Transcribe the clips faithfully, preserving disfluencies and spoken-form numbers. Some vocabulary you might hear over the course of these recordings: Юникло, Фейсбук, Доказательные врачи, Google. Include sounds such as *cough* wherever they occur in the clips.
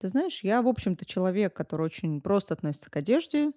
Ты знаешь, я, в общем-то, человек, который очень просто относится к одежде.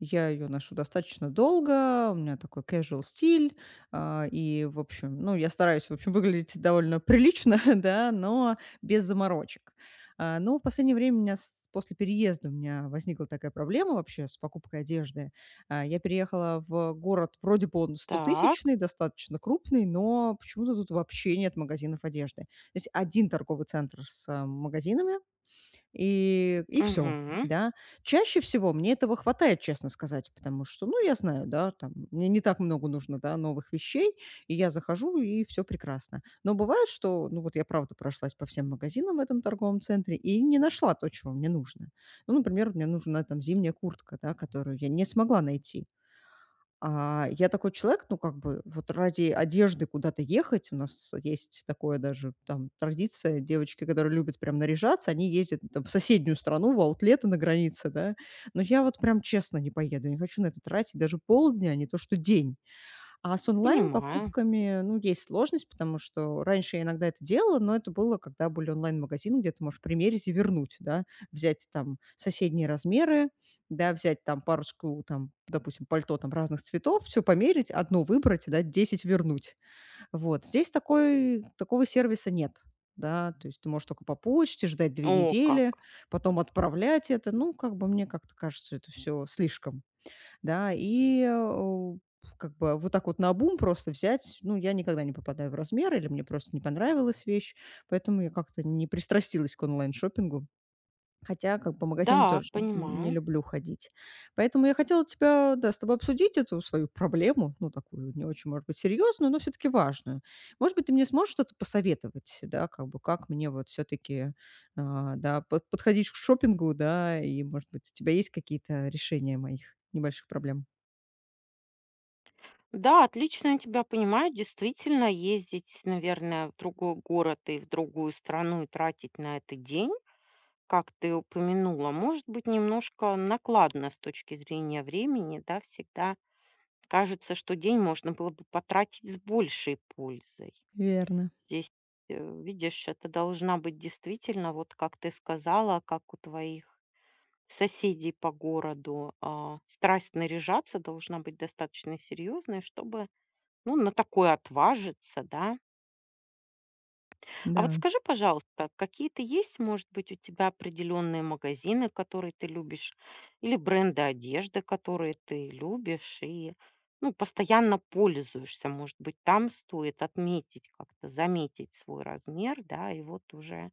Я ее ношу достаточно долго, у меня такой casual стиль, а, и, в общем, ну, я стараюсь, в общем, выглядеть довольно прилично, *laughs* да, но без заморочек. А, Но в последнее время у меня с- после переезда у меня возникла такая проблема вообще с покупкой одежды. А, Я переехала в город, вроде бы он Так. стотысячный достаточно крупный, но почему-то тут вообще нет магазинов одежды. То есть один торговый центр с а, магазинами, и и все, Мгм. да. Чаще всего мне этого хватает, честно сказать, потому что, ну, я знаю, да, там мне не так много нужно, да, новых вещей, и я захожу, и все прекрасно. Но бывает, что, ну, вот я правда прошлась по всем магазинам в этом торговом центре и не нашла то, чего мне нужно. Ну, например, мне нужна там зимняя куртка, да, которую я не смогла найти. А, я такой человек, ну, как бы вот ради одежды куда-то ехать. У нас есть такое даже там традиция. Девочки, которые любят прям наряжаться, они ездят там в соседнюю страну, в аутлеты на границе, да. Но я вот прям честно не поеду. Я не хочу на это тратить даже полдня, а не то что день. А с Понимаю. онлайн-покупками, ну, есть сложность, потому что раньше я иногда это делала, но это было, когда были онлайн-магазины, где ты можешь примерить и вернуть, да, взять там соседние размеры, да, взять там парочку, там, допустим, пальто там разных цветов, все померить, одно выбрать, да, десять вернуть. Вот. Здесь такой, такого сервиса нет. Да, то есть ты можешь только по почте ждать две О, недели, как. потом отправлять это. Ну, как бы мне как-то кажется, это все слишком. Да, и, э, как бы вот так вот на наобум просто взять, ну, я никогда не попадаю в размер или мне просто не понравилась вещь, поэтому я как-то не пристрастилась к онлайн-шопингу. Хотя как по магазинам Да, тоже не понимаю. люблю ходить. Поэтому я хотела тебя, да, с тобой обсудить эту свою проблему, ну, такую не очень, может быть, серьезную, но все-таки важную. Может быть, ты мне сможешь что-то посоветовать, да, как бы как мне вот все-таки, да, под- подходить к шопингу, да, и, может быть, у тебя есть какие-то решения моих небольших проблем? Да, отлично я тебя понимаю. Действительно, ездить, наверное, в другой город и в другую страну и тратить на это день, как ты упомянула, может быть немножко накладно с точки зрения времени, да, всегда кажется, что день можно было бы потратить с большей пользой. Верно, Здесь, э, Видишь, это должна быть действительно, вот как ты сказала, как у твоих соседей по городу, а, страсть наряжаться должна быть достаточно серьезной, чтобы, ну, на такое отважиться, да. А вот да. скажи, пожалуйста, какие-то есть, может быть, у тебя определенные магазины, которые ты любишь, или бренды одежды, которые ты любишь и, ну, постоянно пользуешься, может быть, там стоит отметить как-то, заметить свой размер, да, и вот уже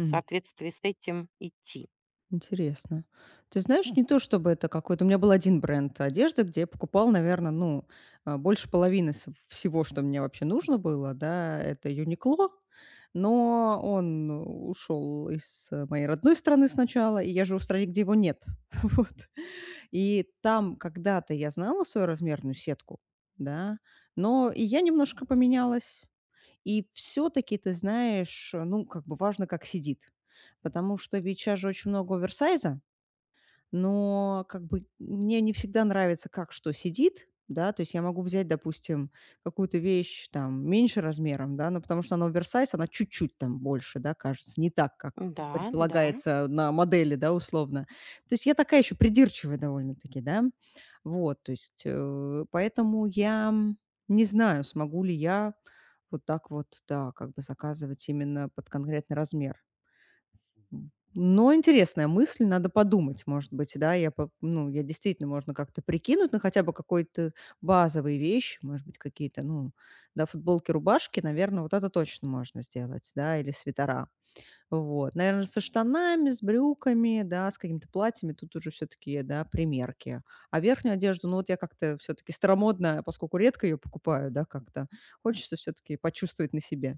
в соответствии с этим идти. интересно. Ты знаешь, не то чтобы это какой-то. У меня был один бренд одежды, где я покупала, наверно, ну, а, больше половины св всего, что мне вообще нужно было, да, это "Юникло". Но он ушел из э, моей родной страны сначала, и я живу в стране, где его нет. *laughs* Вот. И там когда-то я знала свою размерную сетку, да, но и я немножко поменялась. И все таки ты знаешь, ну, как бы важно, как сидит. Потому что ведь щас же очень много оверсайза, но как бы мне не всегда нравится, как что сидит, да, то есть я могу взять, допустим, какую-то вещь там меньше размером, да, но потому что она оверсайз, она чуть-чуть там больше, да, кажется, не так, как Да, да. предполагается на модели, да, условно. То есть я такая еще придирчивая довольно-таки, да, вот, то есть э, поэтому я не знаю, смогу ли я вот так вот, да, как бы заказывать именно под конкретный размер. Но интересная мысль, надо подумать, может быть, да, я по ну, я действительно можно как-то прикинуть, ну, хотя бы какой-то базовые вещи, может быть, какие-то, ну, да, футболки, рубашки, наверное, вот это точно можно сделать, да, или свитера. Вот, наверное, со штанами, с брюками, да, с какими-то платьями тут уже все таки да, примерки. А верхнюю одежду, ну, вот я как-то все таки старомодная, поскольку редко ее покупаю, да, как-то, хочется все таки почувствовать на себе.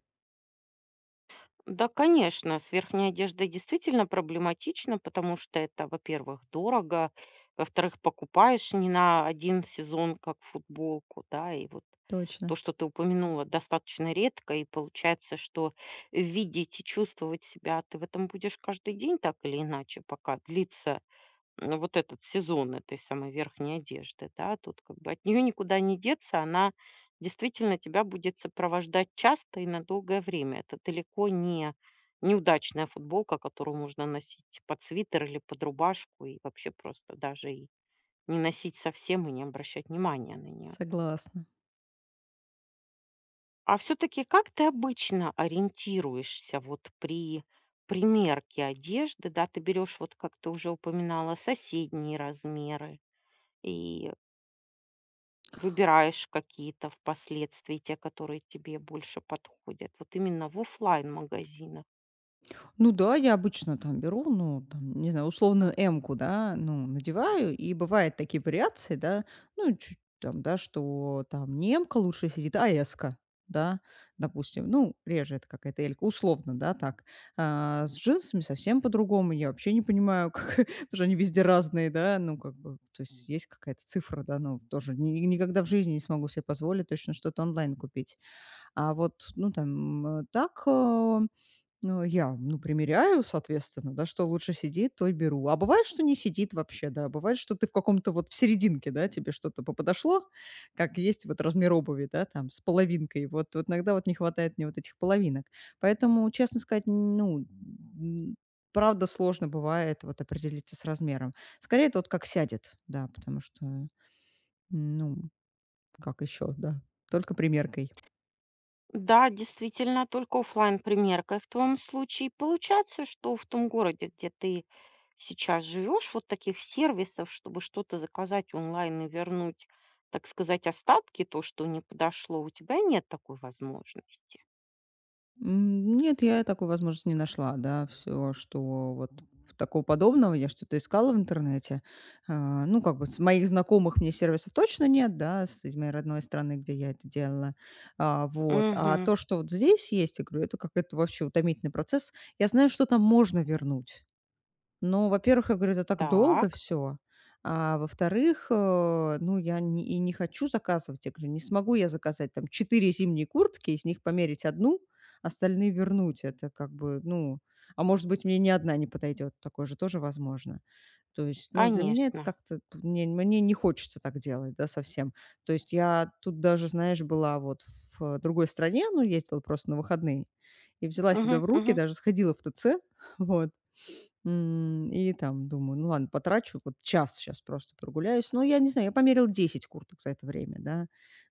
Да, конечно, с верхней одеждой действительно проблематично, потому что это, во-первых, дорого, во-вторых, покупаешь не на один сезон, как футболку, да, и вот Точно, то, что ты упомянула, достаточно редко, и получается, что видеть и чувствовать себя ты в этом будешь каждый день так или иначе, пока длится ну, вот этот сезон этой самой верхней одежды, да, тут как бы от нее никуда не деться, она действительно тебя будет сопровождать часто и на долгое время. Это далеко не неудачная футболка, которую можно носить под свитер или под рубашку и вообще просто даже и не носить совсем и не обращать внимания на нее. согласна. А все-таки как ты обычно ориентируешься вот при примерке одежды, да, ты берешь, вот как ты уже упоминала, соседние размеры и выбираешь какие-то впоследствии, те, которые тебе больше подходят. Вот именно в оффлайн-магазинах. Ну да, я обычно там беру, ну, там, не знаю, условную эмку, да, ну, надеваю, и бывают такие вариации, да, ну, чуть там, да, что там не эмка лучше сидит, а эска, да, допустим, ну, реже это какая-то элька, условно, да, так. А, с джинсами совсем по-другому, я вообще не понимаю, как, *laughs* потому что они везде разные, да, ну, как бы, то есть есть какая-то цифра, да, ну, тоже ни- никогда в жизни не смогу себе позволить точно что-то онлайн купить. А вот, ну, там, э, так, э, ну, я, ну, примеряю, соответственно, да, что лучше сидит, то и беру. А бывает, что не сидит вообще, да, бывает, что ты в каком-то вот в серединке, да, тебе что-то поподошло, как есть вот размер обуви, да, там, с половинкой, вот, вот иногда вот не хватает мне вот этих половинок. Поэтому, честно сказать, ну, м, правда сложно бывает вот определиться с размером. Скорее, это вот как сядет, да, потому что, ну, как еще, да, только примеркой. Да, действительно, только оффлайн-примеркой. В твоем случае получается, что в том городе, где ты сейчас живешь, вот таких сервисов, чтобы что-то заказать онлайн и вернуть, так сказать, остатки, то, что не подошло, у тебя нет такой возможности. М, нет, я такой возможности не нашла, да. Все, что вот такого подобного, я что-то искала в интернете. А, ну, как бы с моих знакомых мне сервисов точно нет, да, с из моей родной страны, где я это делала. А, вот. А Угу. то, что вот здесь есть, я говорю, это как это вообще утомительный процесс. Я знаю, что там можно вернуть. Но, во-первых, я говорю, это так долго Так, все, а во-вторых, э, ну, я не и не хочу заказывать. Я говорю, не смогу я заказать там четыре зимние куртки, из них померить одну, остальные вернуть. Это как бы, ну, а может быть, мне ни одна не подойдет, такое же тоже возможно. То есть, ну, для меня это конечно. как-то мне мне не хочется так делать, да, совсем. То есть я тут даже, знаешь, была вот в другой стране, ну, ездила просто на выходные, и взяла себя Угу. в руки, Угу. даже сходила в тэ цэ, *laughs* вот, М, и там думаю: ну ладно, потрачу вот час сейчас просто прогуляюсь. Ну, я не знаю, я померил десять курток за это время, да.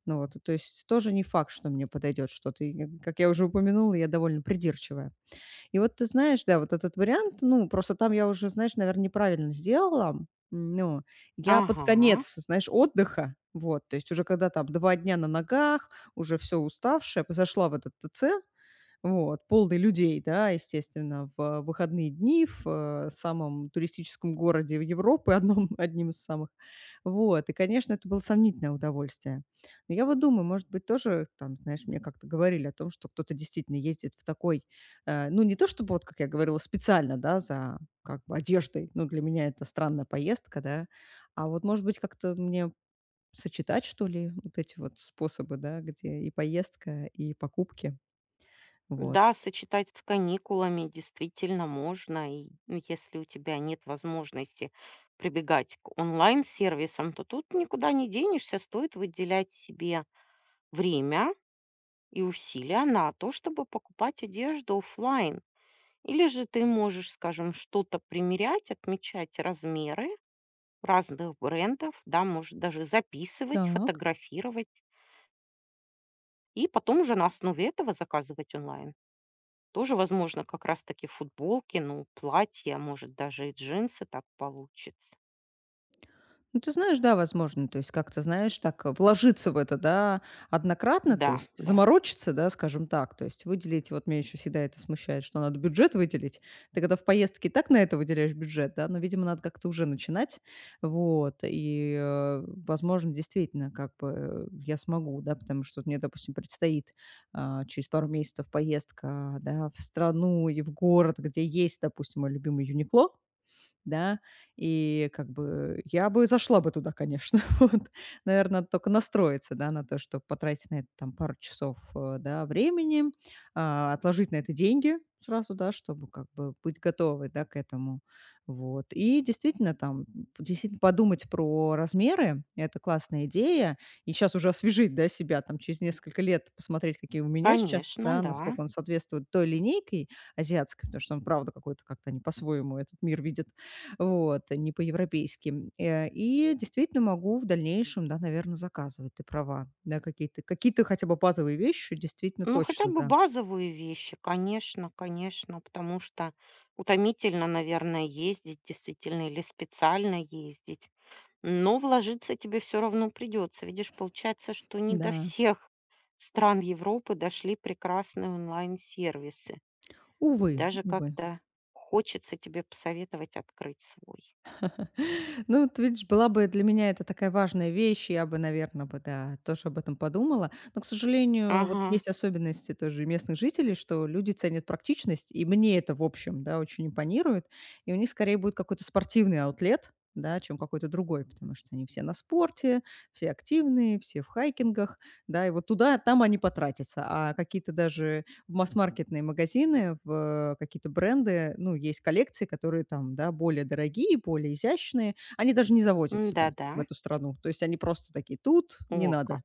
Ну вот, то есть тоже не факт, что мне подойдет что-то. И, э, как я уже упомянула, я довольно придирчивая. И вот ты знаешь, да, вот этот вариант, ну, просто там я уже, знаешь, наверное, неправильно сделала. М, Ну, я под Ага. конец, знаешь, отдыха, вот, то есть уже когда там два дня на ногах, уже все уставшая, зашла в этот тэ цэ. Вот, полный людей, да, естественно, в выходные дни в, э, самом туристическом городе Европы, одном *laughs* одним из самых. Вот, и, конечно, это было сомнительное удовольствие. Но я вот думаю, может быть, тоже там, знаешь, мне как-то говорили о том, что кто-то действительно ездит в такой, э, ну, не то чтобы, вот как я говорила, специально, да, за как бы одеждой. Ну, для меня это странная поездка, да. А вот, может быть, как-то мне сочетать, что ли, вот эти вот способы, да, где и поездка, и покупки. Вот. Да, сочетать с каникулами действительно можно. И ну, если у тебя нет возможности прибегать к онлайн-сервисам, то тут никуда не денешься. Стоит выделять себе время и усилия на то, чтобы покупать одежду оффлайн. Или же ты можешь, скажем, что-то примерять, отмечать размеры разных брендов, да, может даже записывать, Так. фотографировать, и потом уже на основе этого заказывать онлайн. Тоже, возможно, как раз таки футболки, ну, платья, а может, даже и джинсы так получится. Ну, ты знаешь, да, возможно, то есть как-то, знаешь, так э, вложиться в это, да, однократно, то Да, есть да, заморочиться, да, скажем так, то есть выделить, вот меня еще всегда это смущает, что надо бюджет выделить. Ты когда в поездке и так на это выделяешь бюджет, да, но, видимо, надо как-то уже начинать, вот, и, э, возможно, действительно, как бы э, я смогу, да, потому что вот мне, допустим, предстоит а, через пару месяцев поездка, да, в страну и в город, где есть, допустим, мой любимый Юникло, да. И как бы я бы зашла бы туда, конечно. *laughs* Вот. Наверно, надо только настроиться, да, на то, что потратить на это там пару часов, э, да, времени, а, отложить на это деньги сразу, да, чтобы как бы быть готовой, да, к этому. Вот. И действительно там, действительно подумать про размеры. Это классная идея. И сейчас уже освежить, да, себя там через несколько лет, посмотреть, какие у меня сейчас, конечно, да, да. насколько он соответствует той линейке азиатской, потому что он правда какой-то как-то не по-своему этот мир видит вот, не по-европейски. Э, и действительно могу в дальнейшем, да, наверное, заказывать, ты права. Да, какие-то какие-то хотя бы базовые вещи действительно Ну, хотя точно, бы да. базовые вещи, конечно, конечно, потому что утомительно, наверное, ездить действительно или специально ездить. Но вложиться тебе все равно придется. Видишь, получается, что не до Да. всех стран Европы дошли прекрасные онлайн-сервисы. Увы, Даже увы. как-то хочется тебе посоветовать открыть свой. *laughs* Ну, вот видишь, была бы для меня это такая важная вещь, я бы, наверное, бы, да, тоже об этом подумала. Но, к сожалению, вот Ага, есть особенности тоже местных жителей, что люди ценят практичность, и мне это, в общем, да, очень импонирует. И у них скорее будет какой-то спортивный аутлет, да, чем какой-то другой, потому что они все на спорте, все активные, все в хайкингах, да, и вот туда, там они потратятся, а какие-то даже в масс-маркетные магазины, в э, какие-то бренды. Ну, есть коллекции, которые там, да, более дорогие, более изящные. Они даже не завозят да, сюда, да. в эту страну. То есть они просто такие: "Тут не О, как. надо".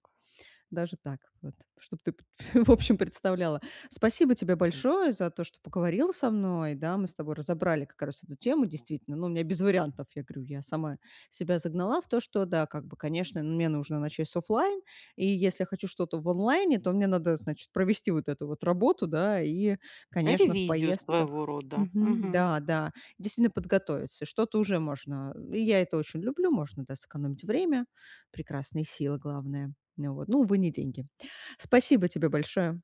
Даже так вот, чтоб ты, *laughs* в общем, представляла. Спасибо тебе большое за то, что поговорила со мной. Да, мы с тобой разобрали как раз эту тему, действительно. Ну, у меня без вариантов, я говорю, я сама себя загнала в то, что да, как бы, конечно, мне нужно начать с оффлайн, и если я хочу что-то в онлайне, то мне надо, значит, провести вот эту вот работу, да, и, конечно, в Ревизию своего поездках рода. мгм. Мгм. Да, да, действительно подготовиться. Что-то уже можно и я это очень люблю, можно, да, сэкономить время, прекрасные силы, главное. Ну вот, ну, увы, не деньги. Спасибо тебе большое.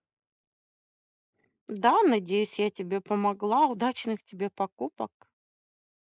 Да, надеюсь, я тебе помогла. Удачных тебе покупок.